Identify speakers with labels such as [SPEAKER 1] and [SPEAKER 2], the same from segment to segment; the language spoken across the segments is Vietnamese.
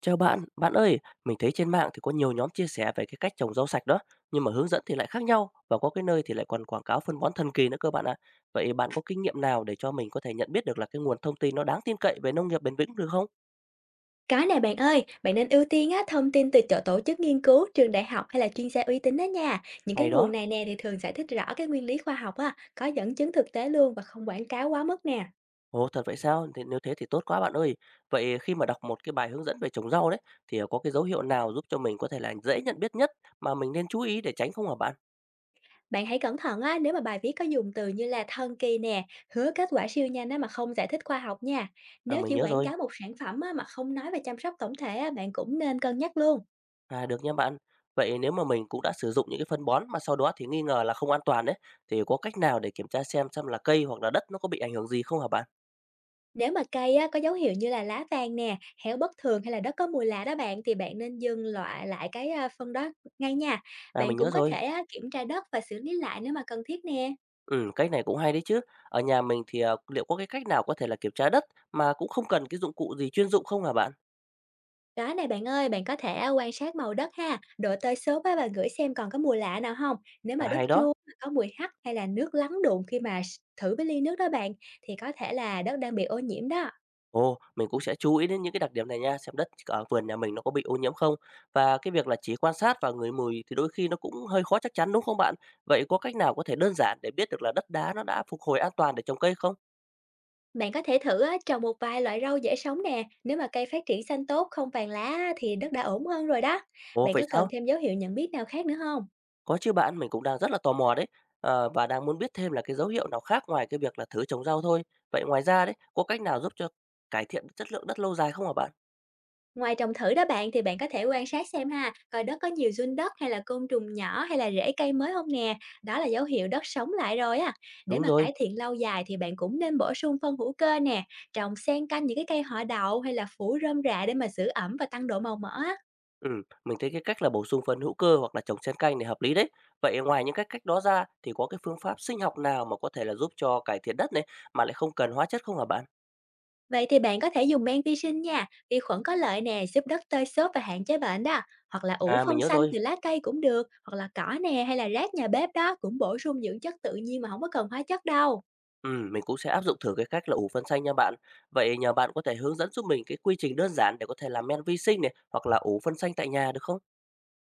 [SPEAKER 1] Chào bạn, bạn ơi, mình thấy trên mạng thì có nhiều nhóm chia sẻ về cái cách trồng rau sạch đó, nhưng mà hướng dẫn thì lại khác nhau và có cái nơi thì lại còn quảng cáo phân bón thần kỳ nữa cơ bạn ạ. Vậy bạn có kinh nghiệm nào để cho mình có thể nhận biết được là cái nguồn thông tin nó đáng tin cậy về nông nghiệp bền vững được không?
[SPEAKER 2] Có nè bạn ơi, bạn nên ưu tiên á, thông tin từ chỗ tổ chức nghiên cứu, trường đại học hay là chuyên gia uy tín đó nha. Những cái
[SPEAKER 1] Hay
[SPEAKER 2] nguồn
[SPEAKER 1] đó.
[SPEAKER 2] này nè thì thường giải thích rõ cái nguyên lý khoa học á, có dẫn chứng thực tế luôn và không quảng cáo quá mức nè.
[SPEAKER 1] Ồ, thật vậy sao? Thì nếu thế thì tốt quá bạn ơi. Vậy khi mà đọc một cái bài hướng dẫn về trồng rau đấy thì có cái dấu hiệu nào giúp cho mình có thể là dễ nhận biết nhất mà mình nên chú ý để tránh không hả bạn?
[SPEAKER 2] Bạn hãy cẩn thận á, nếu mà bài viết có dùng từ như là thần kỳ nè, hứa kết quả siêu nhanh á, mà không giải thích khoa học nha.
[SPEAKER 1] À,
[SPEAKER 2] Nếu
[SPEAKER 1] mình
[SPEAKER 2] chỉ
[SPEAKER 1] nhớ
[SPEAKER 2] quảng
[SPEAKER 1] rồi.
[SPEAKER 2] cáo một sản phẩm á, mà không nói về chăm sóc tổng thể á, bạn cũng nên cân nhắc luôn.
[SPEAKER 1] À, được nha bạn. Vậy nếu mà mình cũng đã sử dụng những cái phân bón mà sau đó thì nghi ngờ là không an toàn đấy, thì có cách nào để kiểm tra xem là cây hoặc là đất nó có bị ảnh hưởng gì không hả bạn?
[SPEAKER 2] Nếu mà cây á, có dấu hiệu như là lá vàng nè, héo bất thường hay là đất có mùi lạ đó bạn, thì bạn nên dừng loại lại cái à, phân đó ngay nha.
[SPEAKER 1] À,
[SPEAKER 2] Bạn
[SPEAKER 1] mình
[SPEAKER 2] cũng
[SPEAKER 1] nhớ
[SPEAKER 2] có thể
[SPEAKER 1] rồi.
[SPEAKER 2] á, kiểm tra đất và xử lý lại nếu mà cần thiết nè.
[SPEAKER 1] Ừ, cách này cũng hay đấy chứ. Ở nhà mình thì liệu có cái cách nào có thể là kiểm tra đất mà cũng không cần cái dụng cụ gì chuyên dụng không hả bạn?
[SPEAKER 2] Đó này bạn ơi, bạn có thể à, quan sát màu đất ha, độ tơi xốp á, và gửi xem còn có mùi lạ nào không. Nếu mà
[SPEAKER 1] À,
[SPEAKER 2] đất
[SPEAKER 1] hay đó.
[SPEAKER 2] chua, có mùi hắc hay là nước lắng đụng khi mà thử với ly nước đó bạn, thì có thể là đất đang bị ô nhiễm đó.
[SPEAKER 1] Ồ, mình cũng sẽ chú ý đến những cái đặc điểm này nha, xem đất ở vườn nhà mình nó có bị ô nhiễm không. Và cái việc là chỉ quan sát và ngửi mùi thì đôi khi nó cũng hơi khó chắc chắn, đúng không bạn? Vậy có cách nào có thể đơn giản để biết được là đất đá nó đã phục hồi an toàn để trồng cây không?
[SPEAKER 2] Bạn có thể thử á, trồng một vài loại rau dễ sống nè, nếu mà cây phát triển xanh tốt, không vàng lá á, thì đất đã ổn hơn rồi đó.
[SPEAKER 1] Ồ,
[SPEAKER 2] Bạn
[SPEAKER 1] vậy
[SPEAKER 2] có cần
[SPEAKER 1] sao?
[SPEAKER 2] thêm dấu hiệu nhận biết nào khác nữa không?
[SPEAKER 1] Có chứ bạn, mình cũng đang rất là tò mò đấy, và đang muốn biết thêm là cái dấu hiệu nào khác ngoài cái việc là thử trồng rau thôi. Vậy ngoài ra đấy, có cách nào giúp cho cải thiện chất lượng đất lâu dài không hả bạn?
[SPEAKER 2] Ngoài trồng thử đó bạn, thì bạn có thể quan sát xem ha, coi đất có nhiều giun đất hay là côn trùng nhỏ hay là rễ cây mới không nè. Đó là dấu hiệu đất sống lại rồi á. Để
[SPEAKER 1] Đúng
[SPEAKER 2] mà
[SPEAKER 1] rồi,
[SPEAKER 2] cải thiện lâu dài thì bạn cũng nên bổ sung phân hữu cơ nè, trồng xen canh những cái cây họ đậu hay là phủ rơm rạ để mà giữ ẩm và tăng độ màu mỡ á.
[SPEAKER 1] mình thấy cái cách là bổ sung phân hữu cơ hoặc là trồng xen canh này hợp lý đấy. Vậy ngoài những cái cách đó ra thì có cái phương pháp sinh học nào mà có thể là giúp cho cải thiện đất này mà lại không cần hóa chất không hả bạn?
[SPEAKER 2] Vậy thì bạn có thể dùng men vi sinh nha, vi khuẩn có lợi nè, giúp đất tơi xốp và hạn chế bệnh đó. Hoặc là ủ
[SPEAKER 1] À, mình
[SPEAKER 2] phân
[SPEAKER 1] nhớ
[SPEAKER 2] xanh
[SPEAKER 1] rồi.
[SPEAKER 2] từ lá cây cũng được, hoặc là cỏ nè hay là rác nhà bếp đó, cũng bổ sung dưỡng chất tự nhiên mà không có cần hóa chất đâu.
[SPEAKER 1] Mình cũng sẽ áp dụng thử cái cách là ủ phân xanh nha bạn. Vậy nhờ bạn có thể hướng dẫn giúp mình cái quy trình đơn giản để có thể làm men vi sinh này hoặc là ủ phân xanh tại nhà được không?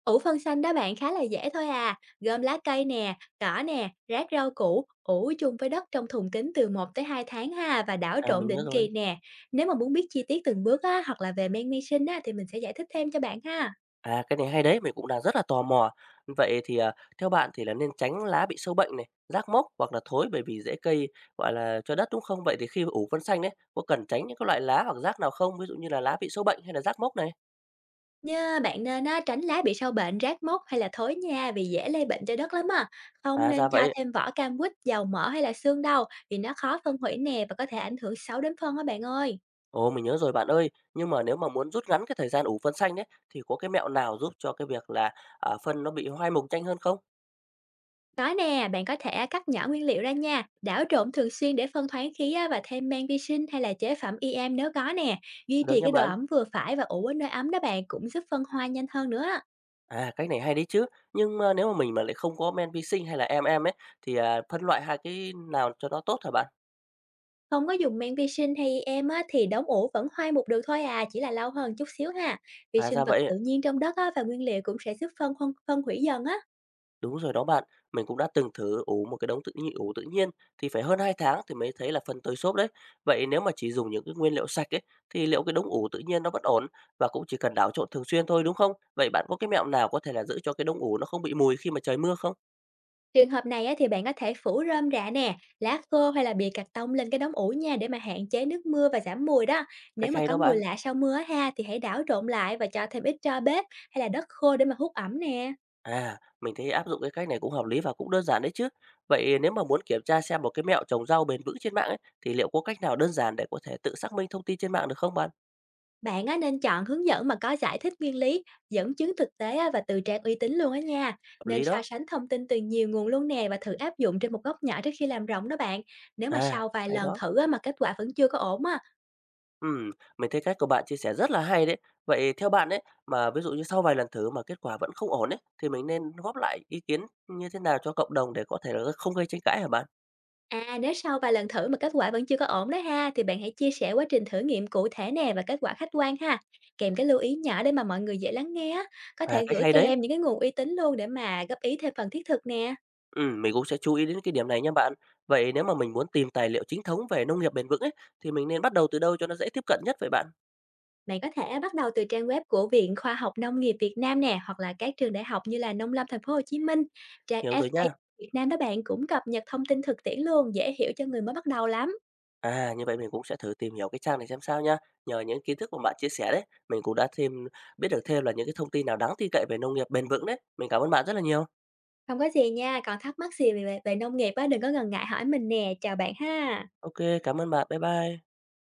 [SPEAKER 2] Ủ phân xanh đó bạn, khá là dễ thôi à, gom lá cây nè, cỏ nè, rác rau củ, ủ chung với đất trong thùng kính từ một tới 2 tháng ha, và đảo
[SPEAKER 1] À,
[SPEAKER 2] trộn
[SPEAKER 1] mình nhớ
[SPEAKER 2] định kỳ
[SPEAKER 1] rồi.
[SPEAKER 2] nè. Nếu mà muốn biết chi tiết từng bước á, hoặc là về men vi sinh á, thì mình sẽ giải thích thêm cho bạn ha.
[SPEAKER 1] À, cái này hay đấy, mình cũng đang rất là tò mò. Vậy thì, theo bạn thì là nên tránh lá bị sâu bệnh này, rác mốc hoặc là thối bởi vì dễ cây, gọi là, cho đất, đúng không? Vậy thì khi ủ phân xanh đấy, có cần tránh những cái loại lá hoặc rác nào không? Ví dụ như là lá bị sâu bệnh hay là rác mốc này?
[SPEAKER 2] Nha, bạn nên á, tránh lá bị sâu bệnh, rác mốc hay là thối nha, vì dễ lây bệnh cho đất lắm á. Không
[SPEAKER 1] À, ra
[SPEAKER 2] nên cho
[SPEAKER 1] vậy.
[SPEAKER 2] thêm vỏ cam quýt, dầu mỡ hay là xương đâu, vì nó khó phân hủy nè và có thể ảnh hưởng xấu đến phân á bạn ơi.
[SPEAKER 1] Ồ, mình nhớ rồi bạn ơi. Nhưng mà nếu mà muốn rút ngắn cái thời gian ủ phân xanh đấy, thì có cái mẹo nào giúp cho cái việc là, phân nó bị hoai mục nhanh hơn không?
[SPEAKER 2] Có nè, bạn có thể cắt nhỏ nguyên liệu ra nha, đảo trộn thường xuyên để phân thoáng khí á, và thêm men vi sinh hay là chế phẩm i EM nếu có nè. Duy
[SPEAKER 1] Được
[SPEAKER 2] trì
[SPEAKER 1] nha
[SPEAKER 2] cái độ
[SPEAKER 1] bạn.
[SPEAKER 2] ẩm vừa phải và ủ ở nơi ấm đó bạn, cũng giúp phân hoa nhanh hơn nữa.
[SPEAKER 1] À, cách này hay đấy chứ. Nhưng mà nếu mà mình mà lại không có men vi sinh hay là EM-EM ấy, thì, phân loại hai cái nào cho nó tốt hả bạn?
[SPEAKER 2] Không có dùng men vi sinh hay EM á, thì đống ủ vẫn hoai mục được thôi à, chỉ là lâu hơn chút xíu ha. Vi
[SPEAKER 1] À,
[SPEAKER 2] sinh
[SPEAKER 1] ra
[SPEAKER 2] vật tự
[SPEAKER 1] vậy.
[SPEAKER 2] nhiên trong đất á, và nguyên liệu cũng sẽ giúp phân phân, phân hủy dần á.
[SPEAKER 1] Đúng rồi đó bạn. Mình cũng đã từng thử ủ một cái đống tự nhiên thì phải hơn 2 tháng thì mới thấy là phân tới xốp đấy. Vậy nếu mà chỉ dùng những cái nguyên liệu sạch ấy, thì liệu cái đống ủ tự nhiên nó vẫn ổn và cũng chỉ cần đảo trộn thường xuyên thôi, đúng không? Vậy bạn có cái mẹo nào có thể là giữ cho cái đống ủ nó không bị mùi khi mà trời mưa không?
[SPEAKER 2] Trường hợp này á, thì bạn có thể phủ rơm rạ nè, lá khô hay là bìa cạc tông lên cái đống ủ nha, để mà hạn chế nước mưa và giảm mùi đó.
[SPEAKER 1] Cách
[SPEAKER 2] Nếu mà
[SPEAKER 1] hay
[SPEAKER 2] có
[SPEAKER 1] đó
[SPEAKER 2] mùi
[SPEAKER 1] bạn.
[SPEAKER 2] lạ sau mưa á ha, thì hãy đảo trộn lại và cho thêm ít tro bếp hay là đất khô để mà hút ẩm nè.
[SPEAKER 1] À, mình thấy áp dụng cái cách này cũng hợp lý và cũng đơn giản đấy chứ. Vậy nếu mà muốn kiểm tra xem một cái mẹo trồng rau bền vững trên mạng ấy, thì liệu có cách nào đơn giản để có thể tự xác minh thông tin trên mạng được không bạn?
[SPEAKER 2] Bạn á, nên chọn hướng dẫn mà có giải thích nguyên lý, dẫn chứng thực tế á, và từ trang uy tín luôn á nha.
[SPEAKER 1] Hợp
[SPEAKER 2] Nên
[SPEAKER 1] lý
[SPEAKER 2] so
[SPEAKER 1] đó.
[SPEAKER 2] sánh thông tin từ nhiều nguồn luôn nè, và thử áp dụng trên một góc nhỏ trước khi làm rộng đó bạn. Nếu mà
[SPEAKER 1] À,
[SPEAKER 2] sau vài
[SPEAKER 1] hay
[SPEAKER 2] lần
[SPEAKER 1] đó.
[SPEAKER 2] thử á, mà kết quả vẫn chưa có ổn á,
[SPEAKER 1] Ừm, mình thấy cách của bạn chia sẻ rất là hay đấy. Vậy theo bạn ấy, mà ví dụ như sau vài lần thử mà kết quả vẫn không ổn ấy, thì mình nên góp lại ý kiến như thế nào cho cộng đồng để có thể là không gây tranh cãi hả bạn?
[SPEAKER 2] à nếu sau vài lần thử mà kết quả vẫn chưa có ổn đó ha, thì bạn hãy chia sẻ quá trình thử nghiệm cụ thể nè và kết quả khách quan ha. Kèm cái lưu ý nhỏ để mà mọi người dễ lắng nghe á. Có
[SPEAKER 1] À,
[SPEAKER 2] thể
[SPEAKER 1] cách
[SPEAKER 2] gửi
[SPEAKER 1] hay đấy.
[SPEAKER 2] kèm những cái nguồn uy tín luôn để mà góp ý thêm phần thiết thực nè.
[SPEAKER 1] Mình cũng sẽ chú ý đến cái điểm này nha bạn. Vậy nếu mà mình muốn tìm tài liệu chính thống về nông nghiệp bền vững ấy, thì mình nên bắt đầu từ đâu cho nó dễ tiếp cận nhất vậy bạn?
[SPEAKER 2] Bạn có thể bắt đầu từ trang web của Viện Khoa học Nông nghiệp Việt Nam nè, hoặc là các trường đại học như là Nông lâm Thành phố Hồ Chí Minh, trang
[SPEAKER 1] Hiểu rồi
[SPEAKER 2] FA
[SPEAKER 1] nha.
[SPEAKER 2] Việt Nam đó bạn, cũng cập nhật thông tin thực tiễn luôn, dễ hiểu cho người mới bắt đầu lắm.
[SPEAKER 1] À, như vậy mình cũng sẽ thử tìm hiểu cái trang này xem sao nha. Nhờ những kiến thức mà bạn chia sẻ đấy, mình cũng đã thêm biết được thêm là những cái thông tin nào đáng tin cậy về nông nghiệp bền vững đấy. Mình cảm ơn bạn rất là nhiều.
[SPEAKER 2] Không có gì nha, còn thắc mắc gì về về, về nông nghiệp á, đừng có ngần ngại hỏi mình nè, chào bạn ha.
[SPEAKER 1] OK, cảm ơn bạn. Bye bye.